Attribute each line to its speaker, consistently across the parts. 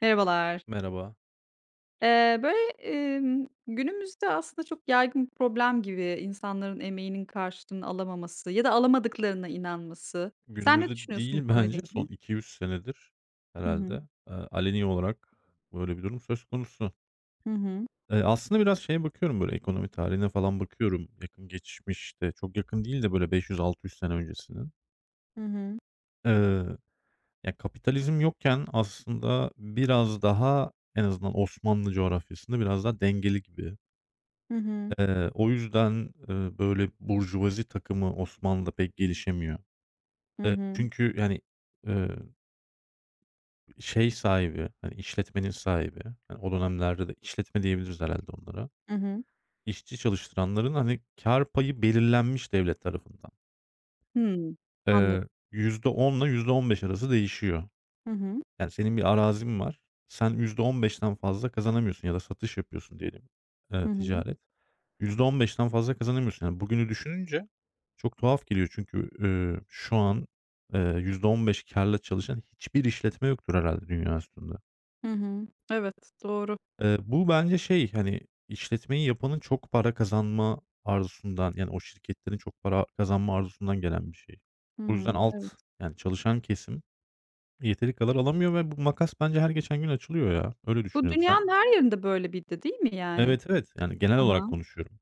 Speaker 1: Merhabalar.
Speaker 2: Merhaba.
Speaker 1: Günümüzde aslında çok yaygın bir problem gibi insanların emeğinin karşılığını alamaması ya da alamadıklarına inanması. Sen ne
Speaker 2: Günümüzde
Speaker 1: düşünüyorsun bu
Speaker 2: değil
Speaker 1: konuyla
Speaker 2: bence son
Speaker 1: ilgili?
Speaker 2: 200 senedir
Speaker 1: Hı hı.
Speaker 2: herhalde aleni olarak böyle bir durum söz konusu.
Speaker 1: Hı hı.
Speaker 2: Aslında biraz şeye bakıyorum böyle ekonomi tarihine falan bakıyorum yakın geçmişte. Çok yakın değil de böyle 500-600 sene öncesinin.
Speaker 1: Hı hı.
Speaker 2: Eee, Ya, kapitalizm yokken aslında biraz daha en azından Osmanlı coğrafyasında biraz daha dengeli gibi.
Speaker 1: Hı hı.
Speaker 2: O yüzden, böyle burjuvazi takımı Osmanlı'da pek gelişemiyor.
Speaker 1: Hı hı.
Speaker 2: Çünkü yani, eee şey sahibi, hani, işletmenin sahibi, hani, o dönemlerde de işletme diyebiliriz herhâlde onlara.
Speaker 1: Hı hı.
Speaker 2: İşçi çalıştıranların, hani, kâr payı belirlenmiş devlet tarafından.
Speaker 1: Hımm. Anladım.
Speaker 2: %10'la %15 arası değişiyor.
Speaker 1: Hı hı.
Speaker 2: Yani, senin bir arazin var. Sen %15'ten fazla kazanamıyorsun ya da satış yapıyorsun diyelim,
Speaker 1: Hı hı.
Speaker 2: ticaret. %15'ten fazla kazanamıyorsun. Yani, bugünü düşününce çok tuhaf geliyor çünkü, şu an, %15 kârla çalışan hiçbir işletme yoktur herhâlde dünya üstünde.
Speaker 1: Hı hı. Evet, doğru.
Speaker 2: Bu bence şey, hani, işletmeyi yapanın çok para kazanma arzusundan, yani, o şirketlerin çok para kazanma arzusundan gelen bir şey.
Speaker 1: Hı
Speaker 2: O yüzden
Speaker 1: hı. Evet.
Speaker 2: yani, çalışan kesim yeteri kadar alamıyor ve bu makas bence her geçen gün açılıyor ya. Öyle
Speaker 1: Bu
Speaker 2: düşünüyorum.
Speaker 1: dünyanın her yerinde böyle bir de değil mi yani?
Speaker 2: Evet, evet, yani, genel olarak
Speaker 1: Aha.
Speaker 2: konuşuyorum.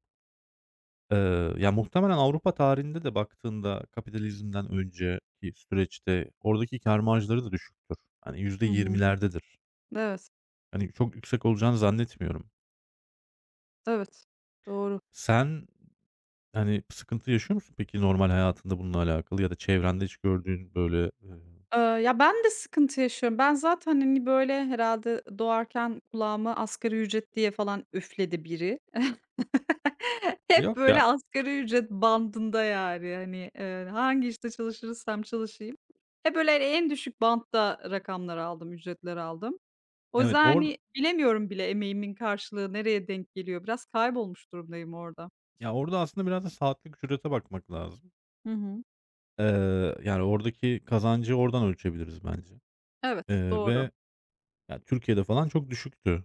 Speaker 2: Eee, Ya, muhtemelen Avrupa tarihinde de baktığında kapitalizmden önceki süreçte oradaki kâr marjları da düşüktür. Hani,
Speaker 1: Hı hı.
Speaker 2: %20'lerdedir.
Speaker 1: Evet,
Speaker 2: Hani, çok yüksek olacağını zannetmiyorum.
Speaker 1: evet. Doğru.
Speaker 2: Sen Yani, sıkıntı yaşıyor musun peki normal hayatında bununla alakalı ya da çevrende hiç gördüğün böyle.
Speaker 1: Ya, ben de sıkıntı yaşıyorum. Ben zaten, hani, böyle, herhalde doğarken kulağıma asgari ücret diye falan üfledi biri. Hep,
Speaker 2: Yok
Speaker 1: böyle,
Speaker 2: ya.
Speaker 1: asgari ücret bandında, yani, hani, hangi işte çalışırsam çalışayım hep, böyle, hani, en düşük bantta rakamlar aldım, ücretler aldım. O
Speaker 2: Evet,
Speaker 1: yüzden, hani, bilemiyorum bile emeğimin karşılığı nereye denk geliyor. Biraz kaybolmuş durumdayım orada.
Speaker 2: orada aslında biraz da saatlik ücrete bakmak lazım.
Speaker 1: Hı hı.
Speaker 2: Yani, oradaki kazancı oradan ölçebiliriz bence.
Speaker 1: Evet, doğru.
Speaker 2: Ve Ya, Türkiye'de falan çok düşüktü,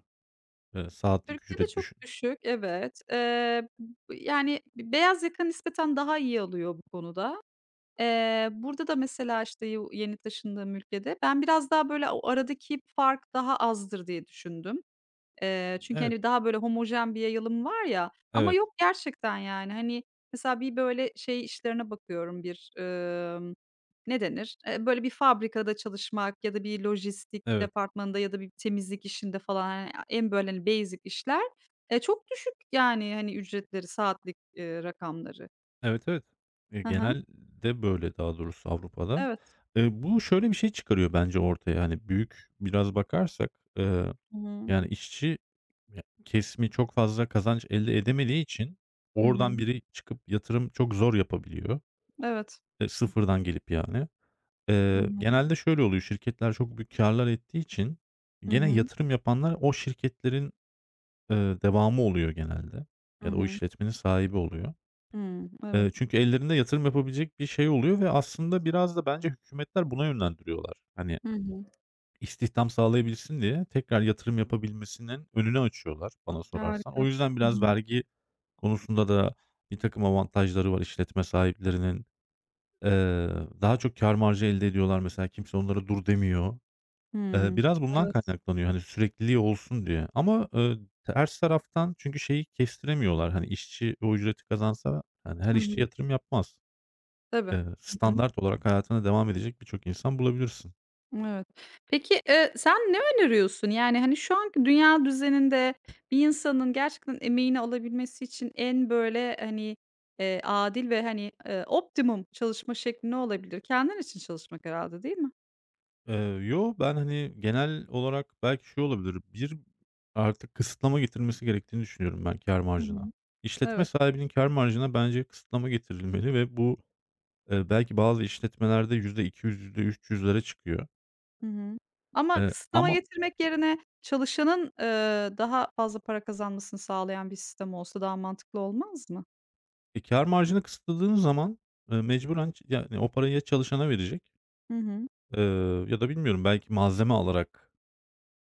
Speaker 2: saatlik
Speaker 1: Türkiye'de
Speaker 2: ücret
Speaker 1: çok düşük, evet. B Yani, beyaz yaka nispeten daha iyi alıyor bu konuda. Burada da mesela, işte, yeni taşındığım ülkede ben biraz daha, böyle, o aradaki fark daha azdır diye düşündüm. Çünkü,
Speaker 2: Evet,
Speaker 1: hani, daha böyle homojen bir yayılım var ya ama
Speaker 2: evet,
Speaker 1: yok gerçekten yani. Hani, mesela bir böyle şey işlerine bakıyorum bir, ne denir? Böyle bir fabrikada çalışmak ya da bir lojistik
Speaker 2: evet,
Speaker 1: departmanında ya da bir temizlik işinde falan, hani, en böyle, hani, basic işler, çok düşük yani, hani, ücretleri, saatlik, rakamları.
Speaker 2: evet, evet.
Speaker 1: Hı hı.
Speaker 2: Genelde böyle daha doğrusu Avrupa'da.
Speaker 1: Evet.
Speaker 2: Bu şöyle bir şey çıkarıyor bence ortaya, hani, büyük biraz bakarsak.
Speaker 1: Hı hı.
Speaker 2: Yani işçi ya kesimi çok fazla kazanç elde edemediği için
Speaker 1: Hı hı.
Speaker 2: oradan biri çıkıp yatırım çok zor yapabiliyor.
Speaker 1: Evet.
Speaker 2: E, sıfırdan gelip yani.
Speaker 1: Hı hı.
Speaker 2: Genelde şöyle oluyor, şirketler çok büyük karlar ettiği için
Speaker 1: Hı
Speaker 2: gene
Speaker 1: hı.
Speaker 2: yatırım yapanlar o şirketlerin, eee, devamı oluyor genelde
Speaker 1: Hı
Speaker 2: ya da o
Speaker 1: hı.
Speaker 2: işletmenin sahibi oluyor.
Speaker 1: Hımm. Evet.
Speaker 2: Çünkü ellerinde yatırım yapabilecek bir şey oluyor ve aslında biraz da bence hükümetler buna yönlendiriyorlar. Hani
Speaker 1: Hı hı.
Speaker 2: İstihdam sağlayabilsin diye tekrar yatırım yapabilmesinin önünü açıyorlar bana sorarsan.
Speaker 1: Harika.
Speaker 2: O yüzden
Speaker 1: Hı
Speaker 2: biraz
Speaker 1: hı.
Speaker 2: vergi konusunda da bir takım avantajları var işletme sahiplerinin. Eee, Daha çok kâr marjı elde ediyorlar mesela kimse onlara dur demiyor.
Speaker 1: Hımm.
Speaker 2: Biraz bundan
Speaker 1: Evet.
Speaker 2: kaynaklanıyor hani sürekliliği olsun diye ama, ters taraftan çünkü şeyi kestiremiyorlar, hani, işçi o ücreti kazansa, hani, her
Speaker 1: Hı
Speaker 2: işçi
Speaker 1: hı.
Speaker 2: yatırım yapmaz.
Speaker 1: Tabii. Hı hı.
Speaker 2: Standart olarak hayatına devam edecek birçok insan bulabilirsin.
Speaker 1: Evet. Peki, sen ne öneriyorsun? Yani, hani, şu anki dünya düzeninde bir insanın gerçekten emeğini alabilmesi için en böyle, hani, adil ve, hani, optimum çalışma şekli ne olabilir? Kendin için çalışmak herhâlde, değil mi?
Speaker 2: Eee, Yo, ben, hani, genel olarak belki şu olabilir, bir artık kısıtlama getirmesi gerektiğini düşünüyorum ben kâr
Speaker 1: Hı
Speaker 2: marjına.
Speaker 1: hı.
Speaker 2: İşletme
Speaker 1: Evet.
Speaker 2: sahibinin kâr marjına bence kısıtlama getirilmeli ve bu, belki bazı işletmelerde yüzde iki, %3, yüzlere çıkıyor.
Speaker 1: Hı hı. Ama
Speaker 2: Eee,
Speaker 1: kısıtlama
Speaker 2: ama,
Speaker 1: getirmek yerine çalışanın, daha fazla para kazanmasını sağlayan bir sistem olsa daha mantıklı olmaz mı?
Speaker 2: e, kâr marjını kısıtladığın zaman, mecburen yani o parayı ya çalışana verecek,
Speaker 1: Hı hı.
Speaker 2: eee, ya da bilmiyorum belki malzeme alarak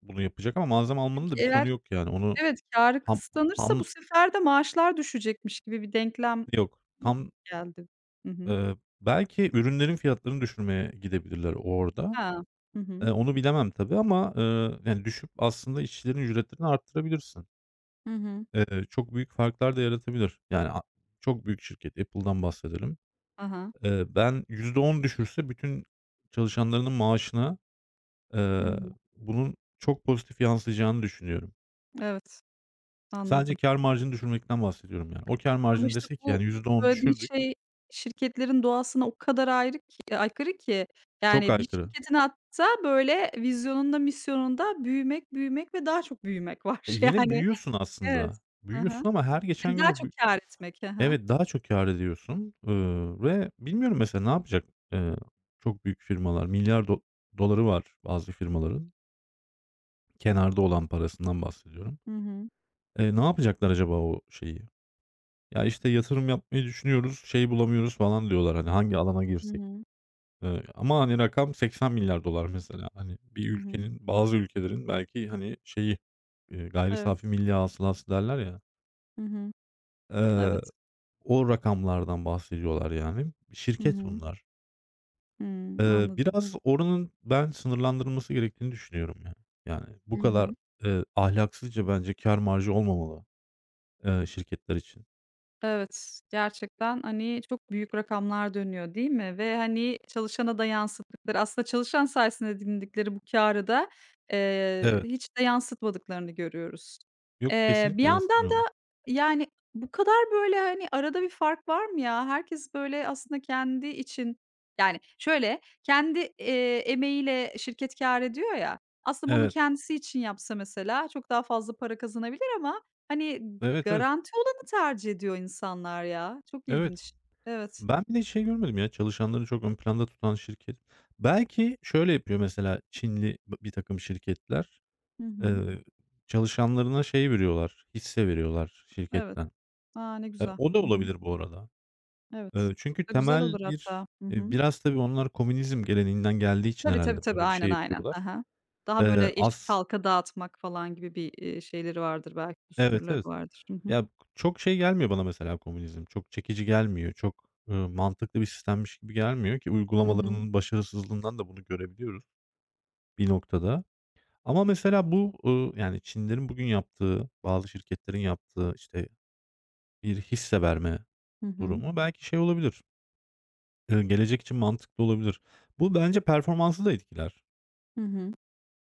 Speaker 2: bunu yapacak ama malzeme
Speaker 1: Çünkü
Speaker 2: almanın da bir
Speaker 1: eğer
Speaker 2: sonu yok yani. Onu
Speaker 1: Evet, kârı
Speaker 2: ham
Speaker 1: kısıtlanırsa bu
Speaker 2: ham
Speaker 1: sefer de maaşlar düşecekmiş gibi bir denklem
Speaker 2: yok,
Speaker 1: geldi. Hı hı.
Speaker 2: Belki ürünlerin fiyatlarını düşürmeye gidebilirler orada.
Speaker 1: Ha. Hı hı.
Speaker 2: Onu bilemem tabii ama, yani, düşüp aslında işçilerin ücretlerini arttırabilirsin.
Speaker 1: Hı hı.
Speaker 2: Çok büyük farklar da yaratabilir. Yani, çok büyük şirket, Apple'dan bahsedelim.
Speaker 1: Ha ha.
Speaker 2: Ben %10 düşürse bütün çalışanlarının maaşına,
Speaker 1: Hı
Speaker 2: eee,
Speaker 1: hı.
Speaker 2: bunun çok pozitif yansıyacağını düşünüyorum.
Speaker 1: Evet,
Speaker 2: Sadece
Speaker 1: anladım.
Speaker 2: kâr marjını düşürmekten bahsediyorum yani. O kâr
Speaker 1: Ama
Speaker 2: marjını
Speaker 1: işte
Speaker 2: dese ki,
Speaker 1: bu
Speaker 2: yani, %10
Speaker 1: söylediğin
Speaker 2: düşürdük,
Speaker 1: şey şirketlerin doğasına o kadar ayrı ki aykırı ki.
Speaker 2: çok
Speaker 1: Yani bir
Speaker 2: aykırı.
Speaker 1: şirketin hatta böyle vizyonunda, misyonunda büyümek, büyümek ve daha çok büyümek var
Speaker 2: Yine
Speaker 1: yani.
Speaker 2: büyüyorsun
Speaker 1: Evet.
Speaker 2: aslında.
Speaker 1: Hı hı.
Speaker 2: Büyüyorsun ama her geçen
Speaker 1: Hani
Speaker 2: gün
Speaker 1: daha çok kâr etmek. Hı hı.
Speaker 2: Evet, daha çok kâr ediyorsun, ve bilmiyorum mesela ne yapacak? Eee, Çok büyük firmalar, milyar doları var bazı firmaların. Kenarda olan parasından bahsediyorum.
Speaker 1: Hı hı.
Speaker 2: Ne yapacaklar acaba o şeyi? Ya, işte, yatırım yapmayı düşünüyoruz, şey bulamıyoruz falan diyorlar, hani, hangi alana
Speaker 1: Hı
Speaker 2: girsek?
Speaker 1: hı.
Speaker 2: Ama, hani, rakam 80 milyar dolar mesela. Hani, bir
Speaker 1: Hı hı.
Speaker 2: ülkenin, bazı ülkelerin belki, hani, şeyi, gayri
Speaker 1: Evet.
Speaker 2: safi milli hasılası derler ya,
Speaker 1: Hı hı.
Speaker 2: eee,
Speaker 1: Evet.
Speaker 2: o rakamlardan bahsediyorlar yani.
Speaker 1: Hı
Speaker 2: Şirket
Speaker 1: hı.
Speaker 2: bunlar.
Speaker 1: Hımm, anladım.
Speaker 2: Biraz oranın ben sınırlandırılması gerektiğini düşünüyorum ya. Yani, bu
Speaker 1: Hı
Speaker 2: kadar,
Speaker 1: hı.
Speaker 2: ahlaksızca bence kâr marjı olmamalı, şirketler için.
Speaker 1: Evet, gerçekten, hani, çok büyük rakamlar dönüyor, değil mi? Ve, hani, çalışana da yansıttıkları, aslında çalışan sayesinde edindikleri bu kârı da,
Speaker 2: Evet.
Speaker 1: hiç de yansıtmadıklarını görüyoruz.
Speaker 2: Yok,
Speaker 1: Bir
Speaker 2: kesinlikle
Speaker 1: yandan
Speaker 2: yansıtmıyorlar.
Speaker 1: Yani, bu kadar, böyle, hani, arada bir fark var mı ya? Herkes, böyle, aslında kendi için. Yani, şöyle, kendi, emeğiyle şirket kâr ediyor ya, aslında bunu
Speaker 2: Evet.
Speaker 1: kendisi için yapsa mesela çok daha fazla para kazanabilir ama, hani,
Speaker 2: Evet, evet.
Speaker 1: garanti olanı tercih ediyor insanlar ya. Çok
Speaker 2: Evet.
Speaker 1: ilginç. Evet.
Speaker 2: Ben bir de şey görmedim ya, çalışanları çok ön planda tutan şirket. Belki şöyle yapıyor mesela Çinli bir takım şirketler,
Speaker 1: Hı hı.
Speaker 2: eee, çalışanlarına şey veriyorlar, hisse veriyorlar
Speaker 1: Evet.
Speaker 2: şirketten.
Speaker 1: A, ne güzel.
Speaker 2: O da
Speaker 1: Hı hı.
Speaker 2: olabilir bu arada.
Speaker 1: Evet.
Speaker 2: Çünkü
Speaker 1: Çok da güzel
Speaker 2: temel
Speaker 1: olur
Speaker 2: bir,
Speaker 1: hatta. Hı hı.
Speaker 2: biraz tabii onlar komünizm geleneğinden geldiği için
Speaker 1: Tabii, tabii,
Speaker 2: herhâlde
Speaker 1: tabii.
Speaker 2: böyle bir şey
Speaker 1: Aynen, aynen. Hı
Speaker 2: yapıyorlar.
Speaker 1: hı. Daha böyle eşit
Speaker 2: As
Speaker 1: halka dağıtmak falan gibi bir, şeyleri vardır belki,
Speaker 2: Evet,
Speaker 1: düsturları
Speaker 2: evet.
Speaker 1: vardır. Hı hı.
Speaker 2: Ya, çok şey gelmiyor bana mesela komünizm. Çok çekici gelmiyor. Çok, mantıklı bir sistemmiş gibi gelmiyor ki
Speaker 1: Hı hı.
Speaker 2: uygulamalarının başarısızlığından da bunu görebiliyoruz bir noktada. Ama mesela bu, yani Çinlerin bugün yaptığı, bazı şirketlerin yaptığı, işte, bir hisse verme
Speaker 1: Hı hı.
Speaker 2: durumu belki şey olabilir, gelecek için mantıklı olabilir. Bu bence performansı da etkiler.
Speaker 1: Hı hı.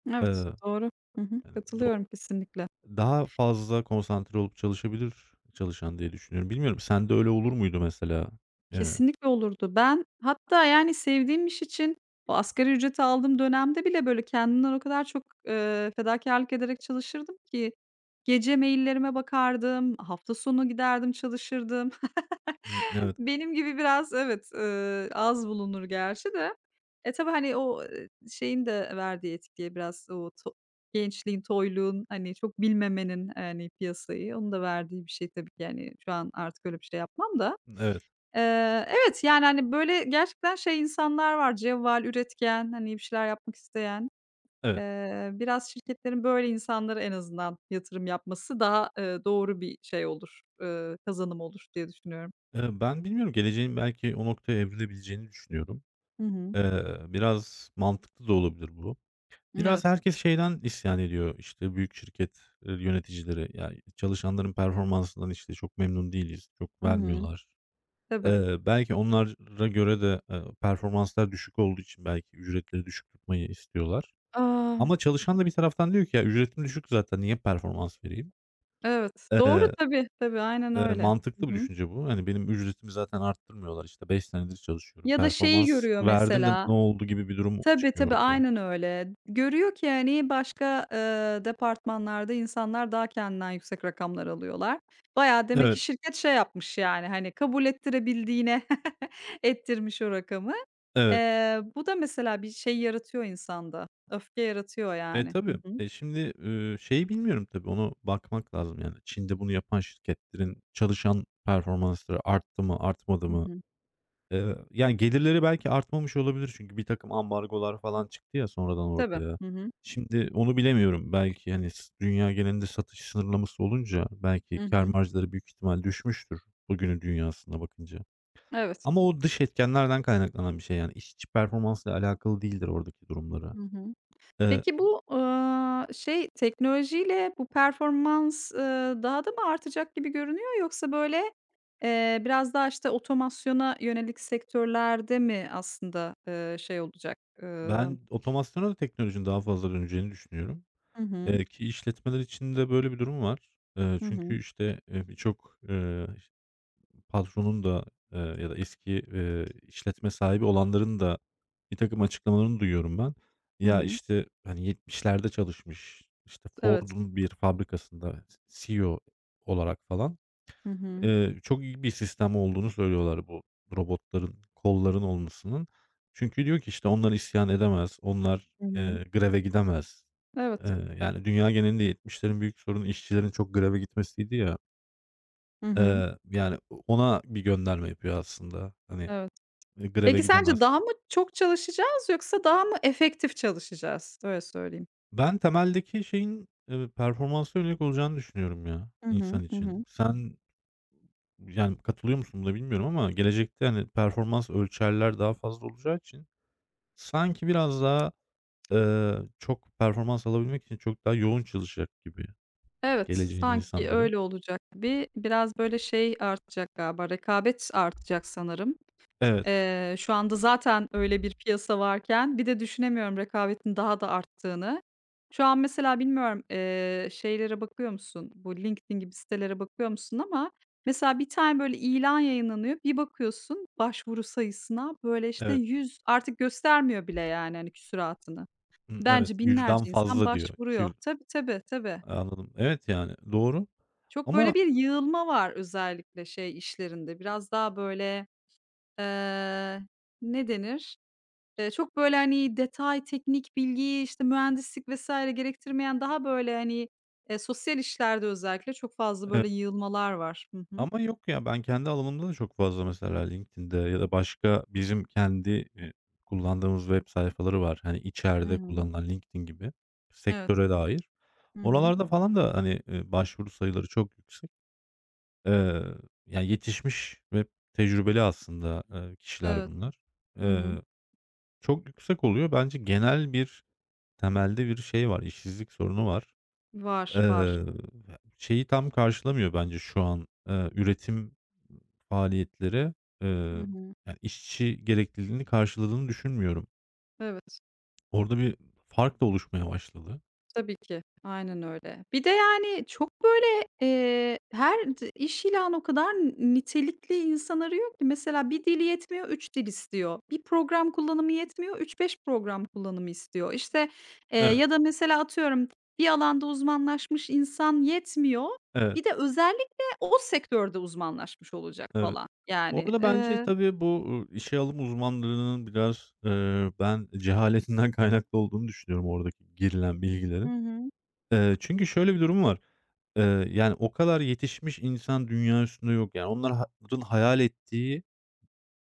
Speaker 1: Evet,
Speaker 2: Eee
Speaker 1: doğru. Hı hı.
Speaker 2: Yani,
Speaker 1: Katılıyorum kesinlikle.
Speaker 2: daha fazla konsantre olup çalışabilir çalışan diye düşünüyorum. Bilmiyorum, sende öyle olur muydu mesela? Eee,
Speaker 1: Kesinlikle olurdu. Ben hatta, yani, sevdiğim iş için o asgari ücreti aldığım dönemde bile böyle kendimden o kadar çok, fedakârlık ederek çalışırdım ki gece maillerime bakardım, hafta sonu giderdim çalışırdım.
Speaker 2: evet,
Speaker 1: Benim gibi biraz evet, az bulunur gerçi de. E, tabii, hani, o, şeyin de verdiği etkiye biraz o gençliğin, toyluğun, hani, çok bilmemenin, hani, piyasayı, onun da verdiği bir şey tabii ki. Yani, şu an artık öyle bir şey yapmam da.
Speaker 2: evet,
Speaker 1: Evet, yani, hani, böyle gerçekten şey insanlar var, cevval, üretken, hani, bir şeyler yapmak isteyen.
Speaker 2: evet.
Speaker 1: Biraz şirketlerin böyle insanlara en azından yatırım yapması daha, doğru bir şey olur, kazanım olur diye düşünüyorum.
Speaker 2: Ben bilmiyorum, geleceğin belki o noktaya evrilebileceğini düşünüyorum.
Speaker 1: Hı hı.
Speaker 2: Biraz mantıklı da olabilir bu. Biraz
Speaker 1: Evet.
Speaker 2: herkes şeyden isyan ediyor, işte, büyük şirket, yöneticileri, ya, çalışanların performansından, işte, çok memnun değiliz, çok
Speaker 1: Hı hı.
Speaker 2: vermiyorlar.
Speaker 1: Tabii.
Speaker 2: Belki onlara göre de, performanslar düşük olduğu için belki ücretleri düşük tutmayı istiyorlar.
Speaker 1: Aaa.
Speaker 2: Ama çalışan da bir taraftan diyor ki, "Ya, ücretim düşük zaten niye performans vereyim?"
Speaker 1: Evet. Doğru
Speaker 2: Eee,
Speaker 1: tabii, tabii. Aynen öyle.
Speaker 2: Mantıklı bir
Speaker 1: Hı hı.
Speaker 2: düşünce bu. Hani, benim ücretimi zaten arttırmıyorlar. İşte 5 senedir çalışıyorum.
Speaker 1: Ya da şeyi
Speaker 2: Performans
Speaker 1: görüyor
Speaker 2: verdim de
Speaker 1: mesela.
Speaker 2: ne oldu gibi bir durum
Speaker 1: Tabii,
Speaker 2: çıkıyor
Speaker 1: tabii.
Speaker 2: ortaya.
Speaker 1: Aynen öyle. Görüyor ki, hani, başka, departmanlarda insanlar daha kendinden yüksek rakamlar alıyorlar. Bayağı demek ki
Speaker 2: Evet,
Speaker 1: şirket şey yapmış, yani, hani, kabul ettirebildiğine ettirmiş o rakamı.
Speaker 2: evet.
Speaker 1: Bu da mesela bir şey yaratıyor insanda. Öfke yaratıyor,
Speaker 2: E,
Speaker 1: yani. Hı
Speaker 2: tabii.
Speaker 1: hı.
Speaker 2: Şimdi, şeyi bilmiyorum tabii, onu bakmak lazım yani. Çin'de bunu yapan şirketlerin çalışan performansları arttı mı, artmadı
Speaker 1: Hı
Speaker 2: mı?
Speaker 1: hı.
Speaker 2: Yani gelirleri belki artmamış olabilir çünkü birtakım ambargolar falan çıktı ya sonradan
Speaker 1: Tabii.
Speaker 2: ortaya.
Speaker 1: Hı hı.
Speaker 2: Şimdi onu bilemiyorum. Belki, hani, dünya genelinde satış sınırlaması olunca belki
Speaker 1: Hı
Speaker 2: kâr
Speaker 1: hı.
Speaker 2: marjları büyük ihtimal düşmüştür bugünün dünyasına bakınca.
Speaker 1: Evet.
Speaker 2: Ama o dış etkenlerden kaynaklanan bir şey, yani, iş performansıyla alakalı değildir oradaki durumları.
Speaker 1: Hı hı.
Speaker 2: Eee,
Speaker 1: Peki bu, şey, teknolojiyle bu performans, daha da mı artacak gibi görünüyor yoksa böyle, biraz daha, işte, otomasyona yönelik sektörlerde mi aslında, şey olacak, ııı
Speaker 2: Ben otomasyona da teknolojinin daha fazla döneceğini düşünüyorum,
Speaker 1: Hı hı.
Speaker 2: ki işletmeler için de böyle bir durum var.
Speaker 1: Hı
Speaker 2: Çünkü,
Speaker 1: hı.
Speaker 2: işte, birçok, patronun da, ya da eski, işletme sahibi olanların da bir takım açıklamalarını duyuyorum ben.
Speaker 1: Hı
Speaker 2: Ya,
Speaker 1: hı.
Speaker 2: işte, hani, 70'lerde çalışmış, işte,
Speaker 1: Evet.
Speaker 2: Ford'un bir fabrikasında CEO olarak falan.
Speaker 1: Hı hı.
Speaker 2: Çok iyi bir sistem olduğunu söylüyorlar bu robotların, kolların olmasının. Çünkü diyor ki, işte, "Onlar isyan edemez, onlar,
Speaker 1: Hı hı.
Speaker 2: greve gidemez."
Speaker 1: Evet.
Speaker 2: Yani, dünya genelinde 70'lerin büyük sorunu işçilerin çok greve gitmesiydi ya.
Speaker 1: Hı hı.
Speaker 2: Yani ona bir gönderme yapıyor aslında. Hani,
Speaker 1: Evet.
Speaker 2: greve
Speaker 1: Peki sence
Speaker 2: gidemez.
Speaker 1: daha mı çok çalışacağız yoksa daha mı efektif çalışacağız? Öyle söyleyeyim.
Speaker 2: Ben temeldeki şeyin, performansa yönelik olacağını düşünüyorum ya
Speaker 1: Hı hı.
Speaker 2: insan
Speaker 1: Hı
Speaker 2: için.
Speaker 1: hı.
Speaker 2: Sen, yani, katılıyor musun buna bilmiyorum ama gelecekte, hani, performans ölçerler daha fazla olacağı için sanki biraz daha, çok performans alabilmek için çok daha yoğun çalışacak gibi
Speaker 1: Evet,
Speaker 2: geleceğin
Speaker 1: sanki
Speaker 2: insanları.
Speaker 1: öyle olacak gibi. Biraz böyle şey artacak galiba, rekabet artacak sanırım.
Speaker 2: Evet,
Speaker 1: Şu anda zaten öyle bir piyasa varken bir de düşünemiyorum rekabetin daha da arttığını. Şu an mesela bilmiyorum, şeylere bakıyor musun? Bu LinkedIn gibi sitelere bakıyor musun ama mesela bir tane böyle ilan yayınlanıyor. Bir bakıyorsun başvuru sayısına böyle işte
Speaker 2: evet,
Speaker 1: 100 artık göstermiyor bile yani hani küsuratını.
Speaker 2: evet.
Speaker 1: Bence
Speaker 2: yüzden
Speaker 1: binlerce insan
Speaker 2: fazla diyor. 200.
Speaker 1: başvuruyor. Tabii tabii tabii.
Speaker 2: Anladım. Evet, yani, doğru
Speaker 1: Çok böyle
Speaker 2: ama,
Speaker 1: bir yığılma var özellikle şey işlerinde. Biraz daha böyle, eee, ne denir? Çok böyle, hani, detay, teknik bilgi, işte, mühendislik vesaire gerektirmeyen daha böyle, hani, sosyal işlerde özellikle çok fazla
Speaker 2: eee
Speaker 1: böyle yığılmalar var. Hı hı.
Speaker 2: Ama yok ya, ben kendi alanımda da çok fazla mesela LinkedIn'de ya da başka bizim kendi, eee, kullandığımız web sayfaları var. Hani
Speaker 1: Hı
Speaker 2: içeride
Speaker 1: hı.
Speaker 2: kullanılan LinkedIn gibi
Speaker 1: Evet.
Speaker 2: sektöre dair.
Speaker 1: Hı hı.
Speaker 2: Oralarda falan da hani, başvuru sayıları çok yüksek. Eee, Yani yetişmiş ve tecrübeli aslında, kişiler
Speaker 1: Evet.
Speaker 2: bunlar.
Speaker 1: Hı hı.
Speaker 2: Eee, Çok yüksek oluyor. Bence genel bir temelde bir şey var, işsizlik sorunu var.
Speaker 1: Var, var.
Speaker 2: Eee, Şeyi tam karşılamıyor bence şu an, üretim faaliyetleri, eee,
Speaker 1: Hı hı.
Speaker 2: yani, işçi gerekliliğini karşıladığını düşünmüyorum.
Speaker 1: Evet.
Speaker 2: Orada bir fark da oluşmaya başladı.
Speaker 1: Tabii ki. Aynen öyle. Bir de, yani, çok, böyle, her iş ilanı o kadar nitelikli insan arıyor ki mesela bir dil yetmiyor, üç dil istiyor. Bir program kullanımı yetmiyor, üç beş program kullanımı istiyor. İşte,
Speaker 2: Evet,
Speaker 1: ya da mesela atıyorum bir alanda uzmanlaşmış insan yetmiyor,
Speaker 2: evet,
Speaker 1: bir de özellikle o sektörde uzmanlaşmış olacak
Speaker 2: evet.
Speaker 1: falan, yani.
Speaker 2: Orada bence tabii bu, işe alım uzmanlarının biraz, ben cehaletinden kaynaklı olduğunu düşünüyorum oradaki girilen
Speaker 1: Hı
Speaker 2: bilgilerin.
Speaker 1: hı.
Speaker 2: Çünkü şöyle bir durum var. Yani, o kadar yetişmiş insan dünya üstünde yok. Yani, onların hayal ettiği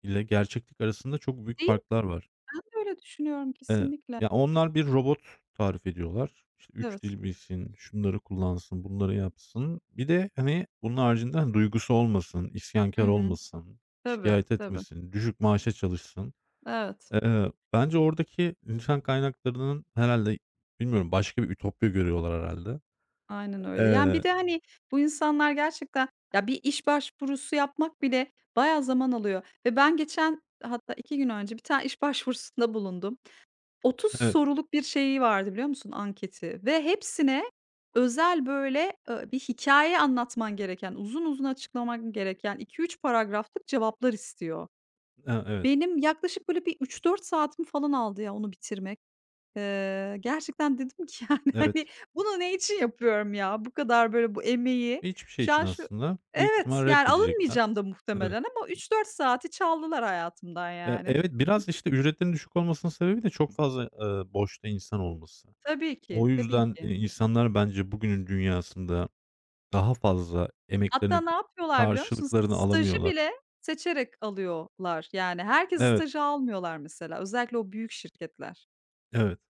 Speaker 2: ile gerçeklik arasında çok büyük
Speaker 1: Değil mi?
Speaker 2: farklar var.
Speaker 1: Ben de öyle düşünüyorum
Speaker 2: Eee,
Speaker 1: kesinlikle.
Speaker 2: Ya, onlar bir robot tarif ediyorlar. İşte, 3
Speaker 1: Evet.
Speaker 2: dil bilsin, şunları kullansın, bunları yapsın. Bir de, hani, bunun haricinde, hani, duygusu olmasın,
Speaker 1: Hı
Speaker 2: isyankar
Speaker 1: hı.
Speaker 2: olmasın,
Speaker 1: Tabii,
Speaker 2: şikayet
Speaker 1: tabii.
Speaker 2: etmesin, düşük maaşa çalışsın.
Speaker 1: Evet.
Speaker 2: Bence oradaki insan kaynaklarının herhalde bilmiyorum başka bir ütopya görüyorlar herhalde.
Speaker 1: Aynen öyle. Yani, bir
Speaker 2: Eee,
Speaker 1: de, hani, bu insanlar gerçekten ya, bir iş başvurusu yapmak bile bayağı zaman alıyor ve ben geçen hatta 2 gün önce bir tane iş başvurusunda bulundum. 30
Speaker 2: evet.
Speaker 1: soruluk bir şeyi vardı biliyor musun, anketi ve hepsine özel, böyle, bir hikaye anlatman gereken, uzun uzun açıklaman gereken 2-3 paragraflık cevaplar istiyor.
Speaker 2: A, evet,
Speaker 1: Benim yaklaşık, böyle, bir 3-4 saatimi falan aldı ya onu bitirmek. Gerçekten dedim ki yani, hani,
Speaker 2: evet.
Speaker 1: "Bunu ne için yapıyorum ya? Bu kadar böyle bu emeği."
Speaker 2: Hiçbir şey
Speaker 1: Şu
Speaker 2: için
Speaker 1: an şu
Speaker 2: aslında büyük
Speaker 1: Evet,
Speaker 2: ihtimal
Speaker 1: yani
Speaker 2: reddedecekler.
Speaker 1: alınmayacağım da
Speaker 2: Evet.
Speaker 1: muhtemelen ama 3-4 saati çaldılar hayatımdan yani.
Speaker 2: Evet, biraz, işte, ücretlerin düşük olmasının sebebi de çok fazla, boşta insan olması.
Speaker 1: Tabii ki,
Speaker 2: O
Speaker 1: tabii
Speaker 2: yüzden,
Speaker 1: ki.
Speaker 2: insanlar bence bugünün dünyasında daha fazla
Speaker 1: Hatta
Speaker 2: emeklerinin
Speaker 1: ne yapıyorlar biliyor musun?
Speaker 2: karşılıklarını
Speaker 1: Stajı
Speaker 2: alamıyorlar.
Speaker 1: bile seçerek alıyorlar. Yani herkes
Speaker 2: Evet,
Speaker 1: stajı almıyorlar mesela. Özellikle o büyük şirketler.
Speaker 2: evet.